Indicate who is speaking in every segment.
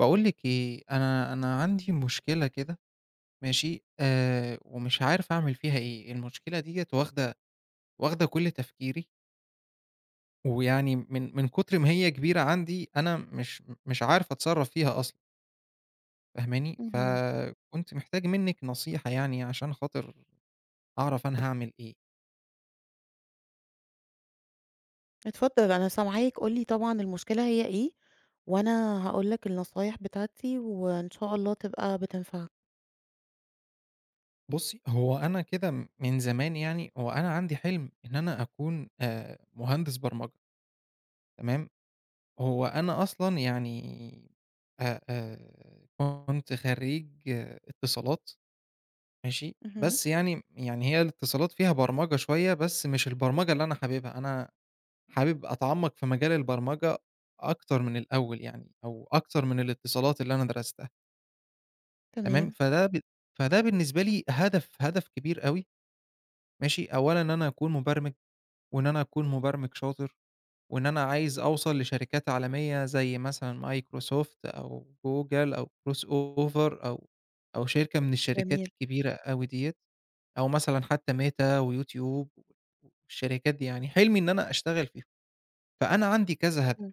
Speaker 1: باقول لِك إيه، أنا عندي مشكلة كده. ماشي، ومش عارف أعمل فيها إيه. المشكلة ديّة واخدة كل تفكيري، ويعني من كتر ما هي كبيرة عندي أنا مش عارف أتصرّف فيها أصلًا. فاهماني؟
Speaker 2: اهم.
Speaker 1: فكنت محتاج منِّك نصيحة يعني عشان خاطر أعرف أنا هاعمل إيه.
Speaker 2: اتفضل أنا سامعاك، قُل لي طبعًا المشكلة هي إيه، وأنا هاقول لك النصايح بتاعتي وإن شاء الله تبقى بتنفعك.
Speaker 1: بُصّي، هو أنا كده من زمان، يعني هو أنا عندي حلم إن أنا أكون مهندس برمجة، تمام؟ هو أنا أصلًا يعني كنت خرّيج اتصالات. ماشي،
Speaker 2: اهم،
Speaker 1: بس يعني هي الاتصالات فيها برمجة شوية، بس مش البرمجة اللي أنا حاببها. أنا حابب أتعمّق في مجال البرمجة أكتر من الأول، يعني أو أكتر من الاتصالات اللي أنا درستها. تمام،
Speaker 2: تمام،
Speaker 1: فده بالنسبة لي هدف كبير أوي. ماشي، أولًا إن أنا أكون مبرمج، وإن أنا أكون مبرمج شاطر. وإن أنا عايز أوصل لشركات عالمية زي مثلًا مايكروسوفت أو جوجل أو crossover أو شركة من الشركات
Speaker 2: جميل.
Speaker 1: الكبيرة أوي ديّة، أو مثلًا حتى ميتا ويوتيوب والشركات دي، يعني حلمي إن أنا أشتغل فيهم. فأنا عندي كذا هدف.
Speaker 2: اهم،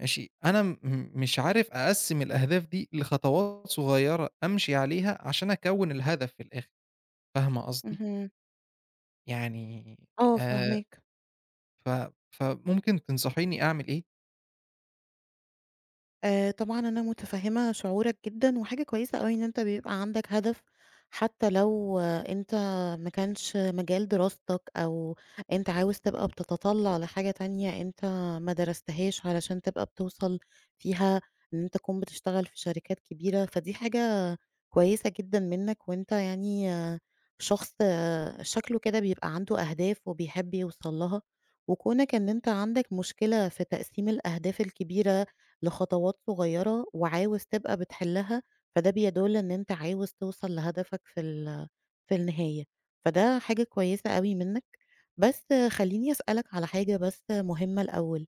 Speaker 1: ماشي، أنا م مش عارف أقسّم الأهداف دي لخطوات صغيرة أمشي عليها عشان أكوّن الهدف في الآخر. فاهمة قصدي؟
Speaker 2: اهم،
Speaker 1: يعني
Speaker 2: آه
Speaker 1: آآ
Speaker 2: فاهماك.
Speaker 1: ف فممكن تنصحيني أعمل إيه؟
Speaker 2: طبعًا أنا متفهّمة شعورك جدًا، وحاجة كويسة أوي إن أنت بيبقى عندك هدف، حتى لو أنت ما كانش مجال دراستك أو أنت عاوز تبقى بتتطلّع لحاجة تانية أنت ما درستهاش علشان تبقى بتوصل فيها إن أنت تكون بتشتغل في شركات كبيرة، فدي حاجة كويسة جدًا منّك، وأنت يعني شخص شكله كده بيبقى عنده أهداف وبيحب يوصل لها، وكونك إن أنت عندك مشكلة في تقسيم الأهداف الكبيرة لخطوات صغيرة وعاوز تبقى بتحلها، فده بيدل إن أنت عاوز توصل لهدفك في النهاية، فده حاجة كويسة أوي منّك. بس خلّيني أسألك على حاجة بس مهمة الأول،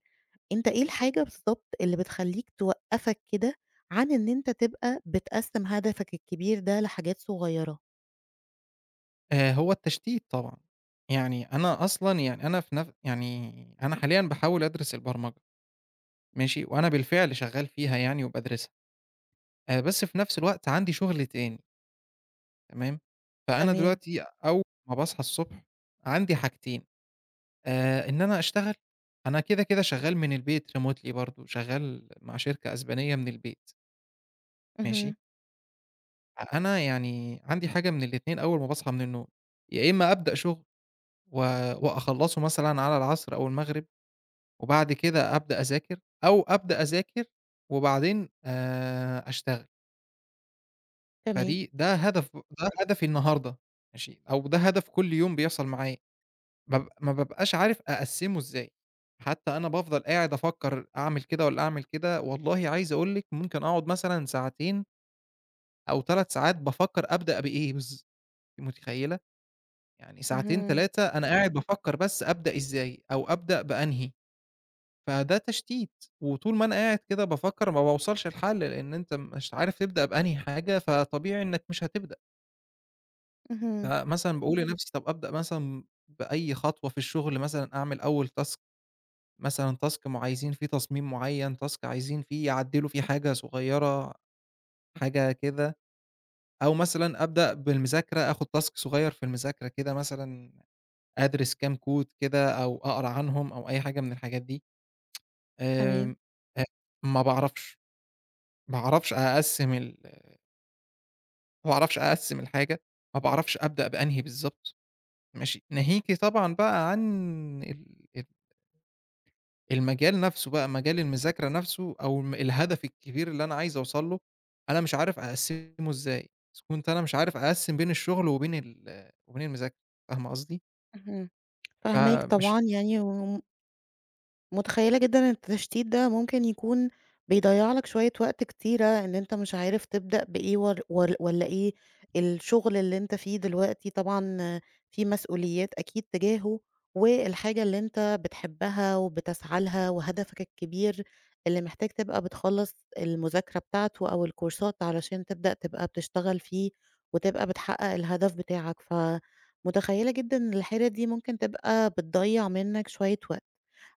Speaker 2: أنت إيه الحاجة بالضبط اللي بتخلّيك توقّفك كده عن إن أنت تبقى بتقسّم هدفك الكبير ده لحاجات صغيّرة؟
Speaker 1: هو التشتيت طبعًا. يعني أنا أصلًا، يعني أنا في نف يعني أنا حاليًا باحاول أدرس البرمجة. ماشي، وأنا بالفعل شغّال فيها يعني وبادرسها. بس في نفس الوقت عندي شغل تاني. تمام، فأنا
Speaker 2: تمام.
Speaker 1: دلوقتي أول ما باصحى الصبح عندي حاجتين، إن أنا أشتغل. أنا كده، كده شغّال من البيت remotely برضه، شغّال مع شركة أسبانية من البيت. ماشي،
Speaker 2: اهم.
Speaker 1: فأنا يعني عندي حاجة من الاتنين أول ما باصحى من النوم، يا إما أبدأ شغل و وأخلّصه مثلًا على العصر أو المغرب، وبعد كده أبدأ أذاكر. أو أبدأ أذاكر وبعدين أشتغل.
Speaker 2: تمام.
Speaker 1: فدي ده هدف ده هدفي النهارده. ماشي، أو ده هدف كل يوم بيحصل معايا، ما بابقاش عارف أقسّمه إزاي. حتى أنا بافضل قاعد أفكّر أعمل كده والّا أعمل كده. والله عايز أقول لِك ممكن أقعد مثلًا ساعتين أو 3 ساعات بافكّر أبدأ بإيه أنتِ متخيّلة؟ يعني ساعتين،
Speaker 2: اهم.
Speaker 1: 3، أنا قاعد بافكّر بس أبدأ إزاي، أو أبدأ بأنهي. فده تشتيت، وطول ما أنا قاعد كده بافكّر ما باوصلش لحل، لإن أنت مش عارف تبدأ بأنهي حاجة، فطبيعي إنك مش هتبدأ.
Speaker 2: اهم.
Speaker 1: فمثلًا باقول لنفسي، طب أبدأ مثلًا بأي خطوة في الشغل، مثلًا أعمل أول task، مثلًا task عايزين فيه تصميم معيّن، task عايزين فيه يعدّلوا فيه حاجة صغيّرة، حاجة كده. أو مثلًا أبدأ بالمذاكرة، آخُد task صغيّر في المذاكرة كده، مثلًا أدرس كام كود كده أو أقرا عنهم، أو أي حاجة من الحاجات دي.
Speaker 2: تمام.
Speaker 1: آمم، أ ما باعرفش. ما أعرفش أقسّم ال ما باعرفش أقسّم الحاجة، ما باعرفش أبدأ بأنهي بالضبط. ماشي، ناهيكِ طبعًا بقى عن ال ال المجال نفسه بقى، مجال المذاكرة نفسه أو الهدف الكبير اللي أنا عايز أوصل له. أنا مش عارف أقسّمه إزاي، إذ كنت أنا مش عارف أقسّم بين الشغل وبين المذاكرة. فاهمة قصدي؟
Speaker 2: اهم. فاهماك
Speaker 1: فمش
Speaker 2: طبعًا يعني و متخيلة جدًا إن التشتيت ده ممكن يكون بيضيّع لك شوية وقت كتيرة، إن أنت مش عارف تبدأ بإيه ور ور والّا إيه الشغل اللي أنت فيه دلوقتي طبعًا في مسؤوليات أكيد تجاهه، والحاجة اللي أنت بتحبها وبتسعى لها وهدفك الكبير اللي محتاج تبقى بتخلّص المذاكرة بتاعته أو الكورسات علشان تبدأ تبقى بتشتغل فيه وتبقى بتحقق الهدف بتاعك، فمتخيلة جدًا إن الحيرة دي ممكن تبقى بتضيّع منك شوية وقت.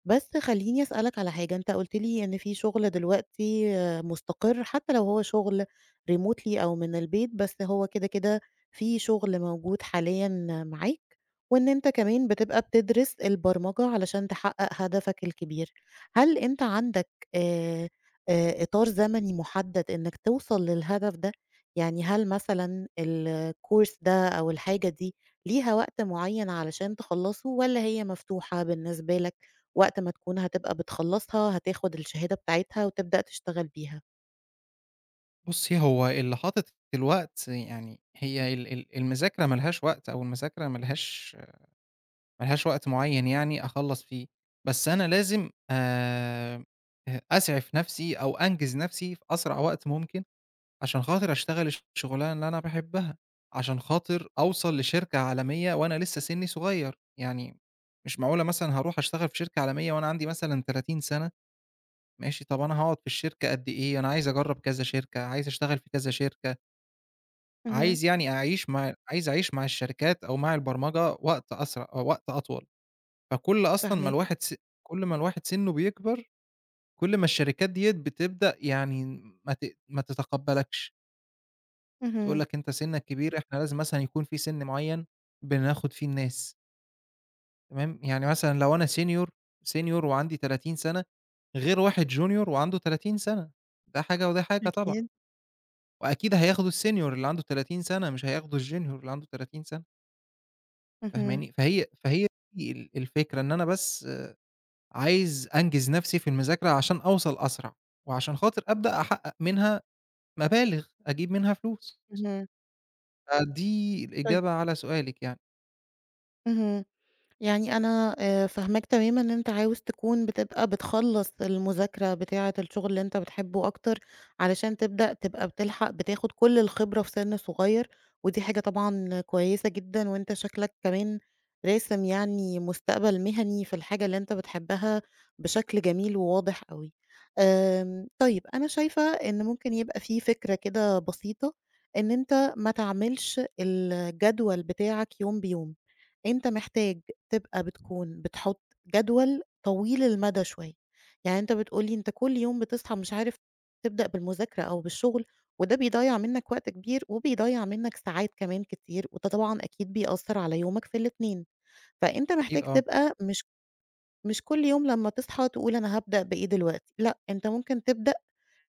Speaker 2: بس خلّيني أسألك على حاجة، أنت قُلت لي إن في شغل دلوقتي مُستقر، حتى لو هو شغل remotely أو من البيت، بس هو كده، كده في شغل موجود حاليًا معاك، وإن أنت كمان بتبقى بتدرس البرمجة علشان تحقق هدفك الكبير. هل أنت عندك آآ، إطار زمني محدد إنك توصل للهدف ده؟ يعني هل مثلًا الcourse ده أو الحاجة دي ليها وقت معين علشان تخلّصه والّا هي مفتوحة بالنسبة لك؟ وقت ما تكون هتبقى بتخلّصها، هتاخد الشهادة بتاعتها وتبدأ تشتغل بيها.
Speaker 1: بُصّي، هو اللي حاطط الوقت، يعني هي ال ال المذاكرة ما لهاش وقت، أو المذاكرة ما لهاش وقت معيّن يعني أخلّص فيه. بس أنا لازم أ أسعف نفسي أو أنجز نفسي في أسرع وقت ممكن، عشان خاطر أشتغل الشغلانة اللي أنا باحبها، عشان خاطر أوصل لشركة عالمية وأنا لسه سنّي صغير. يعني مش معقولة مثلًا هاروح أشتغل في شركة عالمية وأنا عندي مثلًا 30 سنة. ماشي، طَب أنا هاقعد في الشركة قد إيه؟ أنا عايز أجرّب كذا شركة، عايز أشتغل في كذا شركة،
Speaker 2: اهم.
Speaker 1: عايز أعيش مع الشركات أو مع البرمجة وقت أسرع أو وقت أطول. فكل أصلًا ما
Speaker 2: فاهماني؟
Speaker 1: الواحد س كل ما الواحد سنّه بيكبر، كل ما الشركات ديّة بتبدأ، يعني ما تتقبّلكش، تقول
Speaker 2: اهم.
Speaker 1: لك أنت سنّك كبير، إحنا لازم مثلًا يكون في سِن معيّن بناخُد فيه الناس. تمام، يعني مثلًا لو أنا senior وعندي 30 سَنة، غير واحد junior وعنده 30 سَنة، ده حاجة وده حاجة طبعًا.
Speaker 2: أكيد.
Speaker 1: وأكيد هياخدوا الsenior اللي عنده 30 سَنة، مش هياخدوا الjunior اللي عنده 30 سَنة.
Speaker 2: اهم.
Speaker 1: فاهماني؟ فهي دي الفكرة، إن أنا بس عايز أنجز نفسي في المذاكرة عشان أوصل أسرع، وعشان خاطر أبدأ أحقق منها مبالغ، أجيب منها فلوس.
Speaker 2: اهم.
Speaker 1: فدي
Speaker 2: طيب.
Speaker 1: الإجابة على سؤالِك يعني.
Speaker 2: اهم. يعني أنا فاهماك تمامًا إن أنت عاوز تكون بتبقى بتخلّص المذاكرة بتاعة الشغل اللي أنت بتحبه أكتر، علشان تبدأ تبقى بتلحق بتاخد كل الخبرة في سِن صغير، ودي حاجة طبعًا كويسة جدًا، وأنت شكلك كمان راسم يعني مستقبل مهني في الحاجة اللي أنت بتحبها بشكل جميل وواضح أوي. طيب أنا شايفة إن ممكن يبقى في فكرة كده بسيطة، إن أنت ما تعملش الجدول بتاعك يوم بيوم، أنت محتاج تبقى بتكون بتحط جدول طويل المدى شوية، يعني أنت بتقول لي أنت كل يوم بتصحى مش عارف تبدأ بالمذاكرة أو بالشغل، وده بيضيّع منك وقت كبير وبيضيّع منك ساعات كمان كتير، وده طبعًا أكيد بيأثّر على يومك في الاتنين، فأنت
Speaker 1: أكيد
Speaker 2: محتاج
Speaker 1: آه.
Speaker 2: تبقى مش كل يوم لمّا تصحى تقول أنا هابدأ بإيه دلوقتي، لأ أنت ممكن تبدأ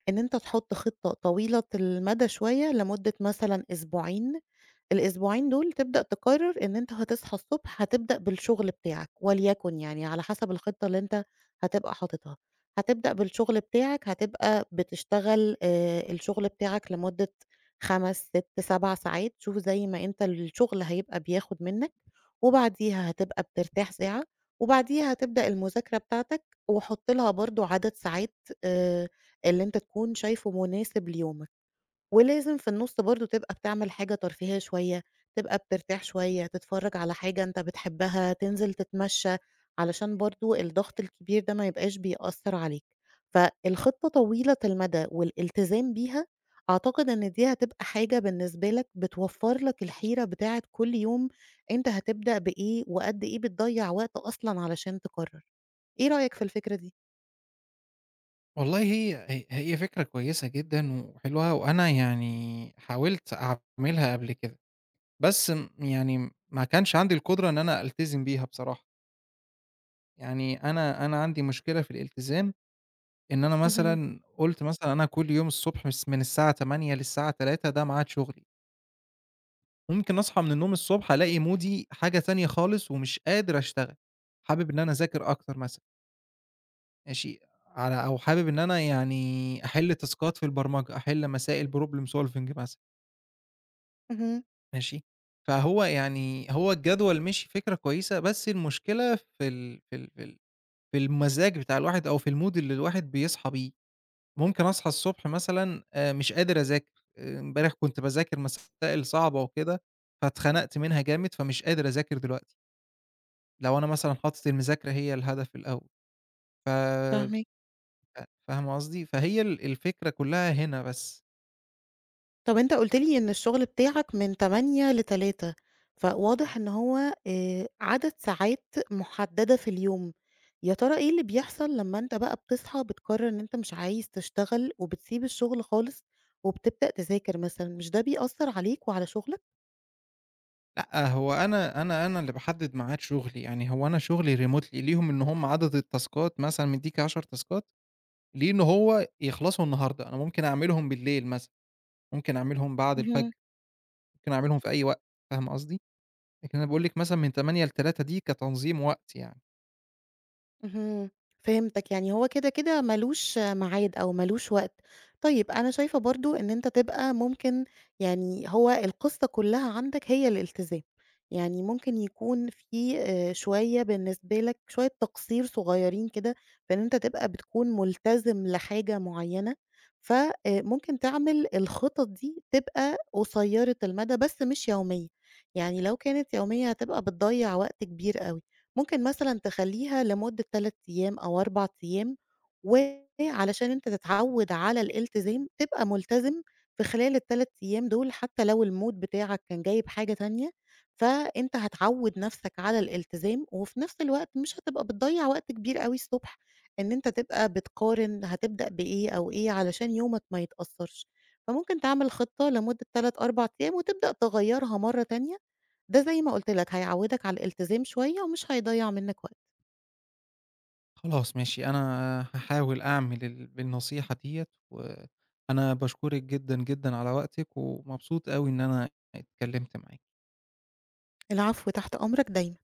Speaker 2: إن أنت تحط خطة طويلة المدى شوية لمدة مثلًا أسبوعين الأسبوعين دول تبدأ تقرر إن أنت هتصحى الصبح هتبدأ بالشغل بتاعك، وليكن يعني على حسب الخطة اللي أنت هتبقى حاططها، هتبدأ بالشغل بتاعك هتبقى بتشتغل الشغل بتاعك لمدة 5، 6، 7 ساعات، شوف زي ما أنت الشغل هيبقى بياخد منك، وبعديها هتبقى بترتاح ساعة، وبعديها هتبدأ المذاكرة بتاعتك، وحُط لها برضه عدد ساعات آآ اللي أنت تكون شايفه مناسب ليومك. ولازم في النُص برضه تبقى بتعمل حاجة ترفيهية شوية، تبقى بترتاح شوية، تتفرّج على حاجة أنت بتحبها، تنزل تتمشّى، علشان برضه الضغط الكبير ده ما يبقاش بيأثّر عليك. فالخطة طويلة المدى والالتزام بيها، أعتقد إن دي هتبقى حاجة بالنسبة لك بتوفّر لك الحيرة بتاعة كل يوم أنت هتبدأ بإيه وقد إيه بتضيّع وقت أصلًا علشان تقرّر. إيه رأيك في الفكرة دي؟
Speaker 1: والله هي هي فكرة كويسة جدًا وحلوة، وأنا يعني حاولت أعملها قبل كده، بس يعني ما كانش عندي القدرة إن أنا ألتزم بيها بصراحة. يعني أنا عندي مشكلة في الالتزام، إن أنا
Speaker 2: اهم،
Speaker 1: مثلًا قُلت، مثلًا أنا كل يوم الصبح من الساعة 08:00 للساعة 15:00 ده ميعاد شغلي. ممكن أصحى من النوم الصبح ألاقي مودي حاجة تانية خالص ومش قادر أشتغل، حابب إن أنا أذاكر أكتر مثلًا. ماشي، أو حابب إن أنا يعني أحل تاسكات في البرمجة، أحل مسائل problem solving مثلًا.
Speaker 2: اهم،
Speaker 1: ماشي، فهو يعني هو الجدول مشي فكرة كويسة، بس المشكلة في المزاج بتاع الواحد أو في الmood اللي الواحد بيصحى بيه. ممكن أصحى الصبح مثلًا مش قادر أذاكر. آه، امبارح كنت باذاكر مسائل صعبة وكده، فاتخنقت منها جامد فمش قادر أذاكر دلوقتي. لو أنا مثلًا حاطط المذاكرة هي الهدف الأول. ف
Speaker 2: فاهماكِ.
Speaker 1: فاهمة قصدي؟ فهي الفكرة كلّها هنا بس.
Speaker 2: طب أنت قُلت لي إن الشغل بتاعك من 08:00 ل15:00 فواضح إن هو عدد ساعات محددة في اليوم، يا ترى إيه اللي بيحصل لمّا أنت بقى بتصحى بتقرر إن أنت مش عايز تشتغل وبتسيب الشغل خالص وبتبدأ تذاكر مثلًا، مش ده بيأثر عليك وعلى شغلك؟
Speaker 1: لأ، هو أنا اللي باحدد ميعاد شغلي، يعني هو أنا شغلي remotely، ليهم إن هم عدد التاسكات مثلًا مدّيك 10 تاسكات، ليه إن هو يخلصوا النهارده. أنا ممكن أعملهم بالليل مثلًا، ممكن أعملهم بعد الفجر، ممكن أعملهم في أي وقت. فاهمة قصدي؟ لكن أنا باقول لِك مثلًا من 08:00 ل15:00 دي كتنظيم وقت يعني.
Speaker 2: اهم، فهمتك، يعني هو كده، كده ما لوش ميعاد أو ما لوش وقت. طيب أنا شايفة برضه إن أنت تبقى ممكن يعني هو القصة كلّها عندك هي الالتزام، يعني ممكن يكون في شوية بالنسبة لك شوية تقصير صغيّرين كده، في إن أنت تبقى بتكون ملتزم لحاجة معيّنة، ف ممكن تعمل الخطط دي تبقى قصيّرة المدى بس مش يومية، يعني لو كانت يومية هتبقى بتضيّع وقت كبير أوي. ممكن مثلًا تخلّيها لمدة 3 أيام أو 4 أيام، وعلشان أنت تتعوّد على الالتزام، تبقى ملتزم في خلال ال3 أيام دول حتى لو الMood بتاعك كان جايب حاجة تانية، فأنت هتعوّد نفسك على الالتزام، وفي نفس الوقت مش هتبقى بتضيّع وقت كبير أوي الصبح إن أنت تبقى بتقارن هتبدأ بإيه أو إيه علشان يومك ما يتأثّرش. فممكن تعمل خطة لمدة 3، 4 أيام وتبدأ تغيّرها مرّة تانية ده زي ما قُلت لك هيعوّدك على الالتزام شوية ومش هيضيّع منّك وقت.
Speaker 1: خلاص ماشي، أنا هاحاول أعمل بالنصيحة ديّة، وأنا باشكرِك جدًا، جدًا على وقتِك، ومبسوط أوي إن أنا اتكلمت معاكِ.
Speaker 2: العفو، تحت أمرك دايمًا.